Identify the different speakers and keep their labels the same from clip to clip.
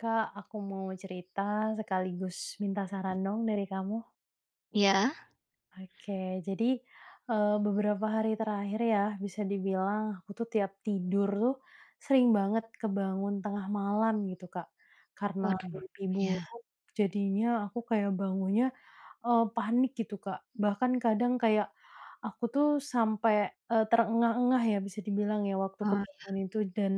Speaker 1: Kak, aku mau cerita sekaligus minta saran dong dari kamu.
Speaker 2: Iya.
Speaker 1: Oke, jadi, beberapa hari terakhir ya bisa dibilang aku tuh tiap tidur tuh sering banget kebangun tengah malam gitu, Kak. Karena
Speaker 2: Waduh,
Speaker 1: mimpi
Speaker 2: iya.
Speaker 1: buruk jadinya aku kayak bangunnya, panik gitu, Kak. Bahkan kadang kayak aku tuh sampai, terengah-engah ya bisa dibilang ya waktu
Speaker 2: Oh,
Speaker 1: kebangun itu. Dan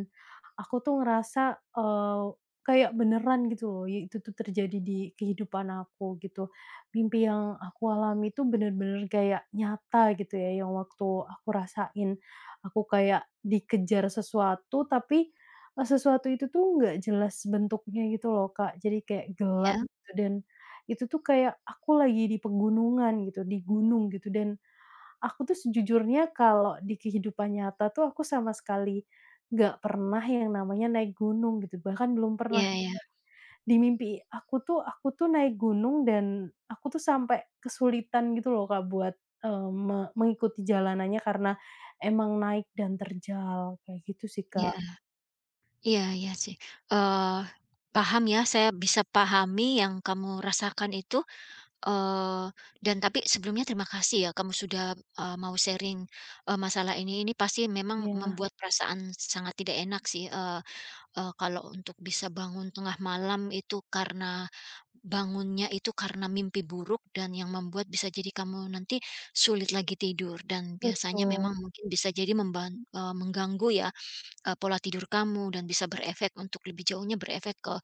Speaker 1: aku tuh ngerasa, eee, kayak beneran gitu loh, ya itu tuh terjadi di kehidupan aku gitu. Mimpi yang aku alami itu bener-bener kayak nyata gitu ya, yang waktu aku rasain aku kayak dikejar sesuatu tapi, sesuatu itu tuh nggak jelas bentuknya gitu loh, Kak. Jadi kayak gelap
Speaker 2: iya.
Speaker 1: gitu, dan itu tuh kayak aku lagi di pegunungan gitu, di gunung gitu. Dan aku tuh sejujurnya kalau di kehidupan nyata tuh aku sama sekali nggak pernah yang namanya naik gunung gitu, bahkan belum pernah.
Speaker 2: Iya, iya,
Speaker 1: Di mimpi aku tuh naik gunung, dan aku tuh sampai kesulitan gitu loh, Kak, buat, eee, me mengikuti jalanannya karena emang naik dan terjal, kayak gitu sih, Kak.
Speaker 2: iya, iya, iya sih, eee, paham ya, saya bisa pahami yang kamu rasakan itu, eee, dan tapi sebelumnya terima kasih ya kamu sudah, mau sharing, masalah ini. Ini pasti memang
Speaker 1: Iya,
Speaker 2: membuat perasaan sangat tidak enak sih, eee Eee, kalau untuk bisa bangun tengah malam itu karena bangunnya itu karena mimpi buruk dan yang membuat bisa jadi kamu nanti sulit lagi tidur, dan biasanya
Speaker 1: betul.
Speaker 2: memang mungkin bisa jadi mengganggu ya pola tidur kamu, dan bisa berefek untuk lebih jauhnya, berefek ke,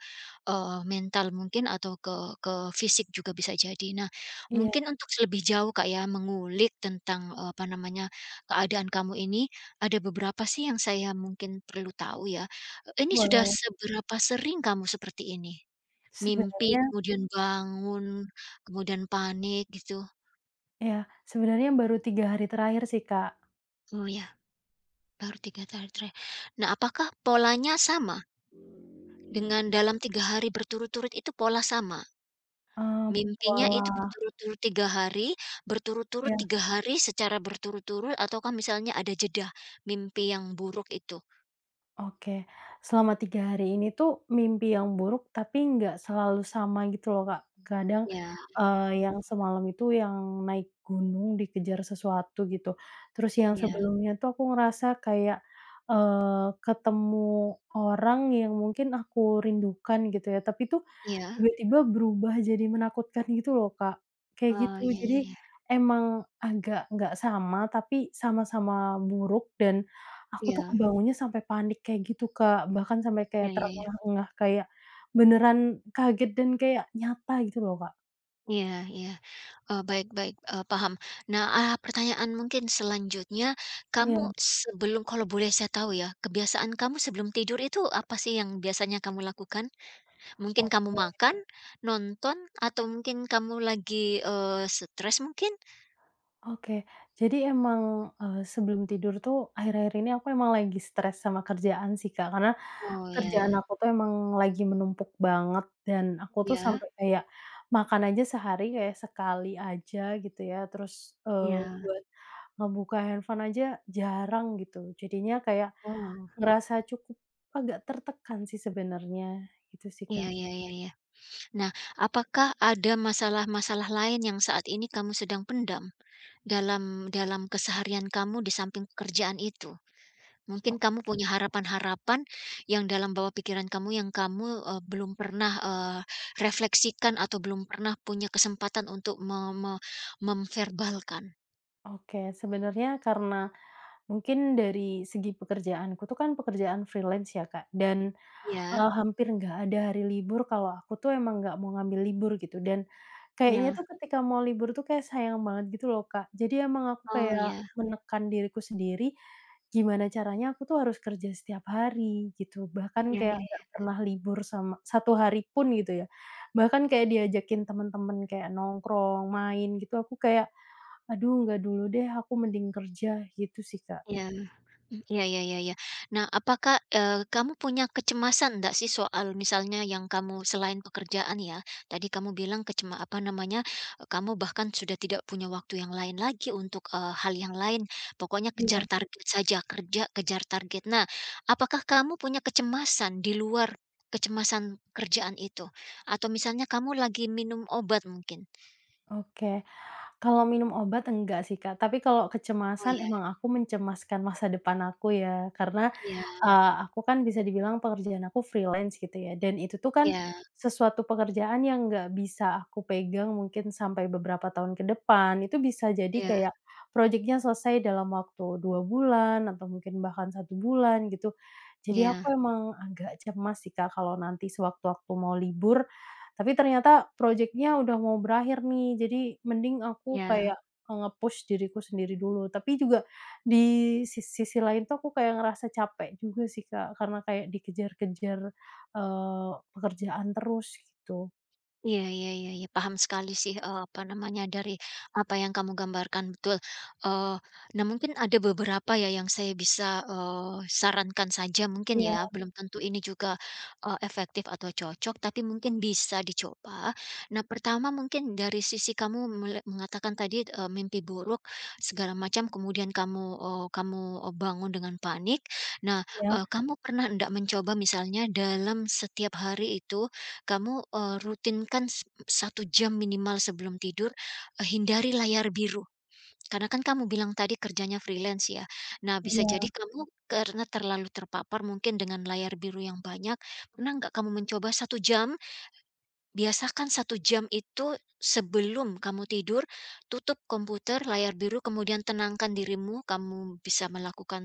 Speaker 2: mental mungkin, atau ke fisik juga bisa jadi. Nah, mungkin
Speaker 1: Iya,
Speaker 2: untuk lebih jauh, Kak, ya mengulik tentang, apa namanya, keadaan kamu ini, ada beberapa sih yang saya mungkin perlu tahu ya. Ini sudah
Speaker 1: boleh.
Speaker 2: seberapa sering kamu seperti ini? Mimpi,
Speaker 1: Sebenarnya
Speaker 2: kemudian bangun, kemudian panik gitu?
Speaker 1: iya, sebenarnya baru 3 hari terakhir sih, Kak,
Speaker 2: Oh ya, baru 3 hari terakhir. Nah, apakah polanya sama? Dengan dalam 3 hari berturut-turut itu pola sama,
Speaker 1: eee,
Speaker 2: mimpinya itu
Speaker 1: pola
Speaker 2: berturut-turut
Speaker 1: iya.
Speaker 2: 3 hari secara berturut-turut, ataukah misalnya ada jeda, mimpi yang buruk itu.
Speaker 1: Oke, selama 3 hari ini tuh mimpi yang buruk, tapi nggak selalu sama gitu loh, Kak. Kadang,
Speaker 2: Ya,
Speaker 1: yang semalam itu yang naik gunung dikejar sesuatu gitu. Terus yang
Speaker 2: ya,
Speaker 1: sebelumnya tuh aku ngerasa kayak, ketemu orang yang mungkin aku rindukan gitu ya, tapi tuh
Speaker 2: ya.
Speaker 1: tiba-tiba berubah jadi menakutkan gitu loh, Kak. Kayak
Speaker 2: Oh,
Speaker 1: gitu,
Speaker 2: ya,
Speaker 1: jadi
Speaker 2: ya, ya,
Speaker 1: emang agak nggak sama tapi sama-sama buruk. Dan aku tuh
Speaker 2: ya,
Speaker 1: kebangunnya sampai panik kayak gitu, Kak, bahkan sampai kayak
Speaker 2: ya, ya, ya.
Speaker 1: terengah-engah, kayak beneran kaget dan kayak nyata gitu loh, Kak.
Speaker 2: Iya, iya. Oh, baik, baik, paham. Nah, pertanyaan mungkin selanjutnya, kamu
Speaker 1: Iya.
Speaker 2: sebelum kalau boleh saya tahu ya, kebiasaan kamu sebelum tidur itu apa sih yang biasanya kamu lakukan? Mungkin kamu
Speaker 1: Oke,
Speaker 2: makan, nonton, atau mungkin kamu lagi, stres mungkin?
Speaker 1: oke. Jadi emang, sebelum tidur tuh akhir-akhir ini aku emang lagi stres sama kerjaan sih, Kak, karena
Speaker 2: Oh ya,
Speaker 1: kerjaan aku tuh emang lagi menumpuk banget. Dan aku tuh
Speaker 2: ya,
Speaker 1: sampai kayak makan aja sehari kayak sekali aja gitu ya, terus, eee,
Speaker 2: ya.
Speaker 1: buat ngebuka handphone aja jarang gitu. Jadinya kayak
Speaker 2: Oh,
Speaker 1: ngerasa cukup agak tertekan sih sebenarnya, gitu sih,
Speaker 2: iya,
Speaker 1: Kak.
Speaker 2: iya, iya, iya. Nah, apakah ada masalah-masalah lain yang saat ini kamu sedang pendam dalam dalam keseharian kamu di samping pekerjaan itu? Mungkin kamu
Speaker 1: Oke.
Speaker 2: punya harapan-harapan yang dalam bawah pikiran kamu, yang kamu, belum pernah, refleksikan, atau belum pernah punya kesempatan untuk me me memverbalkan?
Speaker 1: Oke, sebenarnya karena mungkin dari segi pekerjaanku tuh kan pekerjaan freelance ya, Kak, dan
Speaker 2: Ya,
Speaker 1: Hampir nggak ada hari libur kalau aku tuh emang nggak mau ngambil libur gitu. Dan kayaknya tuh
Speaker 2: ya.
Speaker 1: ketika mau libur tuh kayak sayang banget gitu loh, Kak. Jadi emang aku
Speaker 2: Oh,
Speaker 1: kayak
Speaker 2: ya.
Speaker 1: menekan diriku sendiri, gimana caranya aku tuh harus kerja setiap hari gitu, bahkan
Speaker 2: Ya,
Speaker 1: kayak
Speaker 2: ya.
Speaker 1: nggak pernah libur sama satu hari pun gitu ya. Bahkan kayak diajakin temen-temen kayak nongkrong, main gitu, aku kayak, "Aduh, nggak dulu deh, aku mending kerja," gitu sih, Kak.
Speaker 2: Ya, ya, ya, ya, ya. Nah, apakah, kamu punya kecemasan nggak sih soal misalnya yang kamu selain pekerjaan ya, tadi kamu bilang apa namanya, kamu bahkan sudah tidak punya waktu yang lain lagi untuk, hal yang lain, pokoknya kejar
Speaker 1: Iya,
Speaker 2: target saja, kerja kejar target. Nah, apakah kamu punya kecemasan di luar kecemasan kerjaan itu? Atau misalnya kamu lagi minum obat mungkin?
Speaker 1: oke. Kalau minum obat enggak sih, Kak, tapi kalau
Speaker 2: Oh,
Speaker 1: kecemasan
Speaker 2: ya.
Speaker 1: emang aku mencemaskan masa depan aku ya, karena
Speaker 2: Ya,
Speaker 1: aku kan bisa dibilang pekerjaan aku freelance gitu ya, dan itu tuh kan
Speaker 2: ya,
Speaker 1: sesuatu pekerjaan yang nggak bisa aku pegang mungkin sampai beberapa tahun ke depan. Itu bisa jadi
Speaker 2: ya,
Speaker 1: kayak projeknya selesai dalam waktu 2 bulan atau mungkin bahkan satu bulan gitu.
Speaker 2: ya,
Speaker 1: Jadi aku
Speaker 2: ya.
Speaker 1: emang agak cemas sih, Kak, kalau nanti sewaktu-waktu mau libur, tapi ternyata projeknya udah mau berakhir nih. Jadi mending aku kayak, nge-push diriku sendiri dulu. Tapi juga di sisi lain tuh aku kayak ngerasa capek juga sih, Kak, karena kayak dikejar-kejar, pekerjaan terus gitu.
Speaker 2: Iya, iya, iya, iya, paham sekali sih, apa namanya, dari apa yang kamu gambarkan, betul. Eee, nah, mungkin ada beberapa ya yang saya bisa, sarankan saja mungkin
Speaker 1: Iya,
Speaker 2: ya, belum tentu ini juga, efektif atau cocok, tapi mungkin bisa dicoba. Nah, pertama mungkin dari sisi kamu mengatakan tadi, mimpi buruk segala macam, kemudian kamu, bangun dengan panik. Nah,
Speaker 1: iya,
Speaker 2: kamu pernah enggak mencoba misalnya dalam setiap hari itu, kamu, rutinkan 1 jam minimal sebelum tidur, hindari layar biru. Karena kan kamu bilang tadi kerjanya freelance ya. Nah, bisa
Speaker 1: iya,
Speaker 2: jadi kamu karena terlalu terpapar mungkin dengan layar biru yang banyak. Pernah nggak kamu mencoba satu jam, biasakan satu jam itu sebelum kamu tidur, tutup komputer, layar biru, kemudian tenangkan dirimu. Kamu bisa melakukan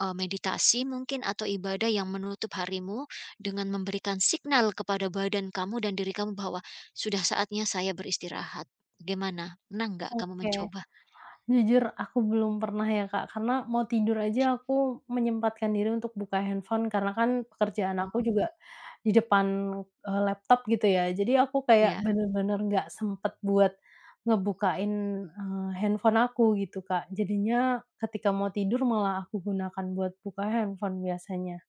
Speaker 2: meditasi mungkin, atau ibadah yang menutup harimu dengan memberikan signal kepada badan kamu dan diri kamu bahwa sudah saatnya saya beristirahat. Gimana? Pernah nggak kamu
Speaker 1: oke.
Speaker 2: mencoba?
Speaker 1: Jujur aku belum pernah ya, Kak, karena mau tidur aja aku menyempatkan diri untuk buka handphone karena kan pekerjaan
Speaker 2: Betul.
Speaker 1: aku juga di depan, laptop gitu ya. Jadi aku
Speaker 2: Ya.
Speaker 1: kayak bener-bener nggak sempet buat ngebukain, handphone aku gitu, Kak. Jadinya ketika mau tidur malah aku gunakan buat buka handphone biasanya.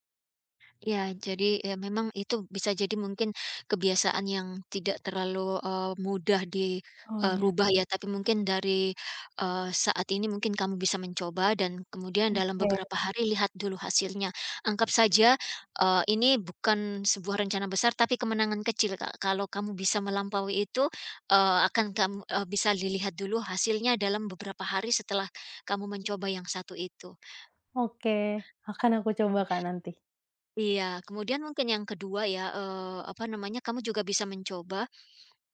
Speaker 2: Ya, jadi ya memang itu bisa jadi mungkin kebiasaan yang tidak terlalu, mudah
Speaker 1: Oh, iya.
Speaker 2: dirubah ya, tapi mungkin dari, saat ini mungkin kamu bisa mencoba, dan kemudian dalam
Speaker 1: Oke,
Speaker 2: beberapa hari lihat dulu hasilnya. Anggap saja, ini bukan sebuah rencana besar, tapi kemenangan kecil, Kak. Kalau kamu bisa melampaui itu, akan bisa dilihat dulu hasilnya dalam beberapa hari setelah kamu mencoba yang satu itu.
Speaker 1: oke, akan aku coba, Kak, nanti.
Speaker 2: Iya, kemudian mungkin yang kedua ya, apa namanya, kamu juga bisa mencoba,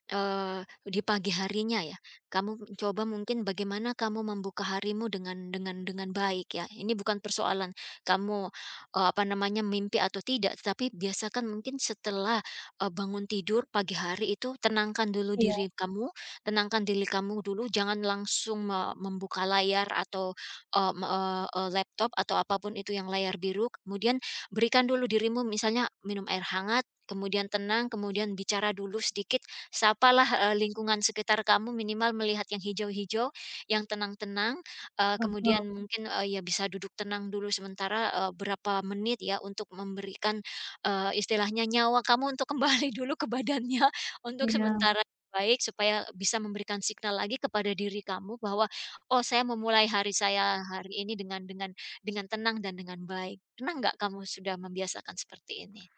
Speaker 2: Di pagi harinya ya, kamu coba mungkin bagaimana kamu membuka harimu dengan baik ya. Ini bukan persoalan kamu, apa namanya, mimpi atau tidak, tapi biasakan mungkin setelah, bangun tidur pagi hari itu tenangkan dulu
Speaker 1: Iya,
Speaker 2: diri kamu, tenangkan diri kamu dulu, jangan langsung membuka layar atau, eee, me eee eee, laptop, atau apapun itu yang layar biru, kemudian berikan dulu dirimu misalnya minum air hangat, kemudian tenang, kemudian bicara dulu sedikit. Sapalah, lingkungan sekitar kamu, minimal melihat yang hijau-hijau, yang tenang-tenang,
Speaker 1: paham,
Speaker 2: kemudian mungkin, ya bisa duduk tenang dulu sementara, berapa menit ya, untuk memberikan, istilahnya nyawa kamu untuk kembali dulu ke badannya untuk
Speaker 1: iya.
Speaker 2: sementara, baik supaya bisa memberikan signal lagi kepada diri kamu bahwa, "Oh, saya memulai hari saya hari ini dengan tenang dan dengan baik." Pernah nggak kamu sudah membiasakan seperti ini?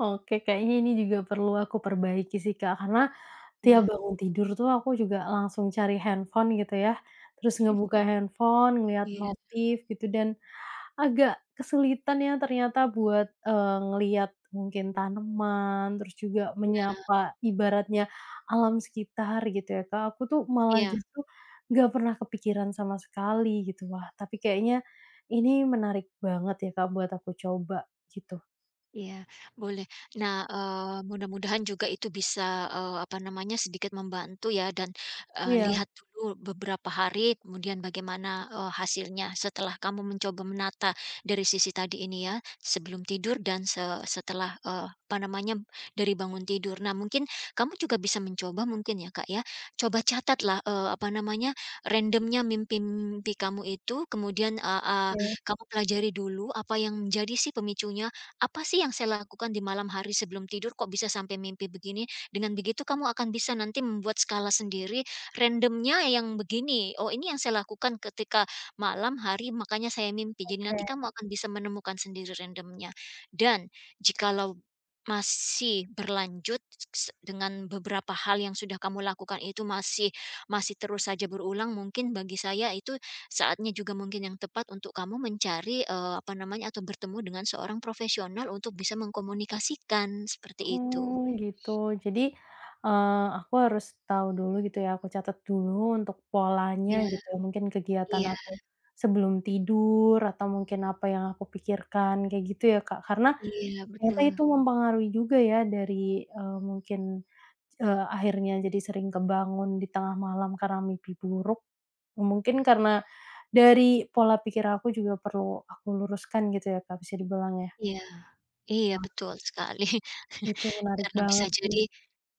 Speaker 1: Oke, kayaknya ini juga perlu aku perbaiki sih, Kak, karena tiap
Speaker 2: Iya,
Speaker 1: bangun tidur tuh aku juga langsung cari handphone gitu ya, terus ngebuka handphone, ngeliat
Speaker 2: iya,
Speaker 1: notif gitu. Dan agak kesulitan ya ternyata buat, ngelihat mungkin tanaman, terus juga
Speaker 2: iya,
Speaker 1: menyapa ibaratnya alam sekitar gitu ya, Kak. Aku tuh malah
Speaker 2: iya.
Speaker 1: justru nggak pernah kepikiran sama sekali gitu. Wah, tapi kayaknya ini menarik banget ya, Kak, buat aku coba gitu.
Speaker 2: Iya, boleh. Nah, mudah-mudahan juga itu bisa, apa namanya, sedikit membantu ya, dan,
Speaker 1: Iya,
Speaker 2: lihat dulu beberapa hari kemudian bagaimana, hasilnya setelah kamu mencoba menata dari sisi tadi ini ya, sebelum tidur dan setelah, apa namanya, dari bangun tidur. Nah, mungkin kamu juga bisa mencoba mungkin ya, Kak, ya, coba catatlah, apa namanya, randomnya mimpi-mimpi kamu itu, kemudian, eee eee,
Speaker 1: oke.
Speaker 2: kamu pelajari dulu apa yang menjadi sih pemicunya, apa sih yang saya lakukan di malam hari sebelum tidur kok bisa sampai mimpi begini? Dengan begitu kamu akan bisa nanti membuat skala sendiri randomnya yang begini. Oh, ini yang saya lakukan ketika malam hari, makanya saya mimpi. Jadi
Speaker 1: Oke.
Speaker 2: nanti kamu akan bisa menemukan sendiri randomnya. Dan jikalau masih berlanjut dengan beberapa hal yang sudah kamu lakukan itu masih masih terus saja berulang, mungkin bagi saya itu saatnya juga mungkin yang tepat untuk kamu mencari, apa namanya, atau bertemu dengan seorang profesional untuk bisa mengkomunikasikan, seperti itu.
Speaker 1: Oh, gitu. Jadi, aku harus tahu dulu gitu ya, aku catat dulu untuk polanya
Speaker 2: Iya,
Speaker 1: gitu ya, mungkin kegiatan
Speaker 2: iya,
Speaker 1: aku sebelum tidur atau mungkin apa yang aku pikirkan, kayak gitu ya, Kak? Karena
Speaker 2: iya,
Speaker 1: ternyata
Speaker 2: betul.
Speaker 1: itu mempengaruhi juga ya dari, mungkin, akhirnya jadi sering kebangun di tengah malam karena mimpi buruk, mungkin karena dari pola pikir aku juga perlu aku luruskan gitu ya, Kak, bisa dibilang ya?
Speaker 2: Iya, iya,
Speaker 1: Wah,
Speaker 2: betul sekali.
Speaker 1: itu menarik
Speaker 2: Karena bisa
Speaker 1: banget sih.
Speaker 2: jadi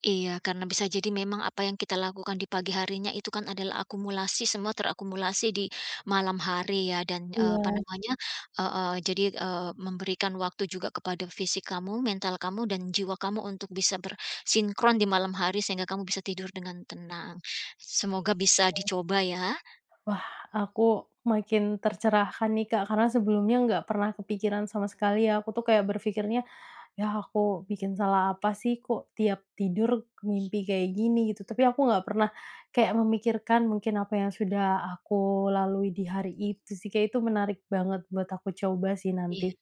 Speaker 2: Iya, karena bisa jadi memang apa yang kita lakukan di pagi harinya itu kan adalah akumulasi, semua terakumulasi di malam hari ya, dan,
Speaker 1: Iya.
Speaker 2: apa namanya, eee eee, jadi, memberikan waktu juga kepada fisik kamu, mental kamu, dan jiwa kamu untuk bisa bersinkron di malam hari sehingga kamu bisa tidur dengan tenang. Semoga bisa dicoba ya.
Speaker 1: Wah, aku makin tercerahkan nih, Kak, karena sebelumnya nggak pernah kepikiran sama sekali ya, aku tuh kayak berpikirnya, "Ya aku bikin salah apa sih kok tiap tidur mimpi kayak gini?" Gitu. Tapi aku nggak pernah kayak memikirkan mungkin apa yang sudah aku lalui di hari itu sih, kayak itu menarik banget buat aku coba sih
Speaker 2: Iya,
Speaker 1: nanti.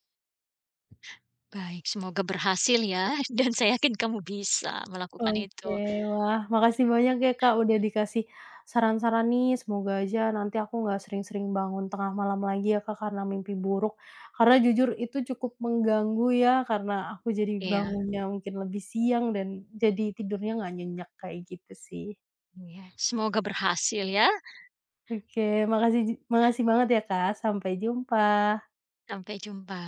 Speaker 2: baik, semoga berhasil ya dan saya yakin kamu bisa melakukan
Speaker 1: Oke,
Speaker 2: itu.
Speaker 1: wah makasih banyak ya Kak udah dikasih saran-saran nih, semoga aja nanti aku nggak sering-sering bangun tengah malam lagi ya Kak karena mimpi buruk. Karena jujur itu cukup mengganggu ya, karena aku jadi
Speaker 2: Iya,
Speaker 1: bangunnya mungkin lebih siang dan jadi tidurnya nggak nyenyak kayak gitu sih.
Speaker 2: iya, semoga berhasil ya.
Speaker 1: Oke, makasih makasih banget ya Kak, sampai jumpa.
Speaker 2: Sampai jumpa.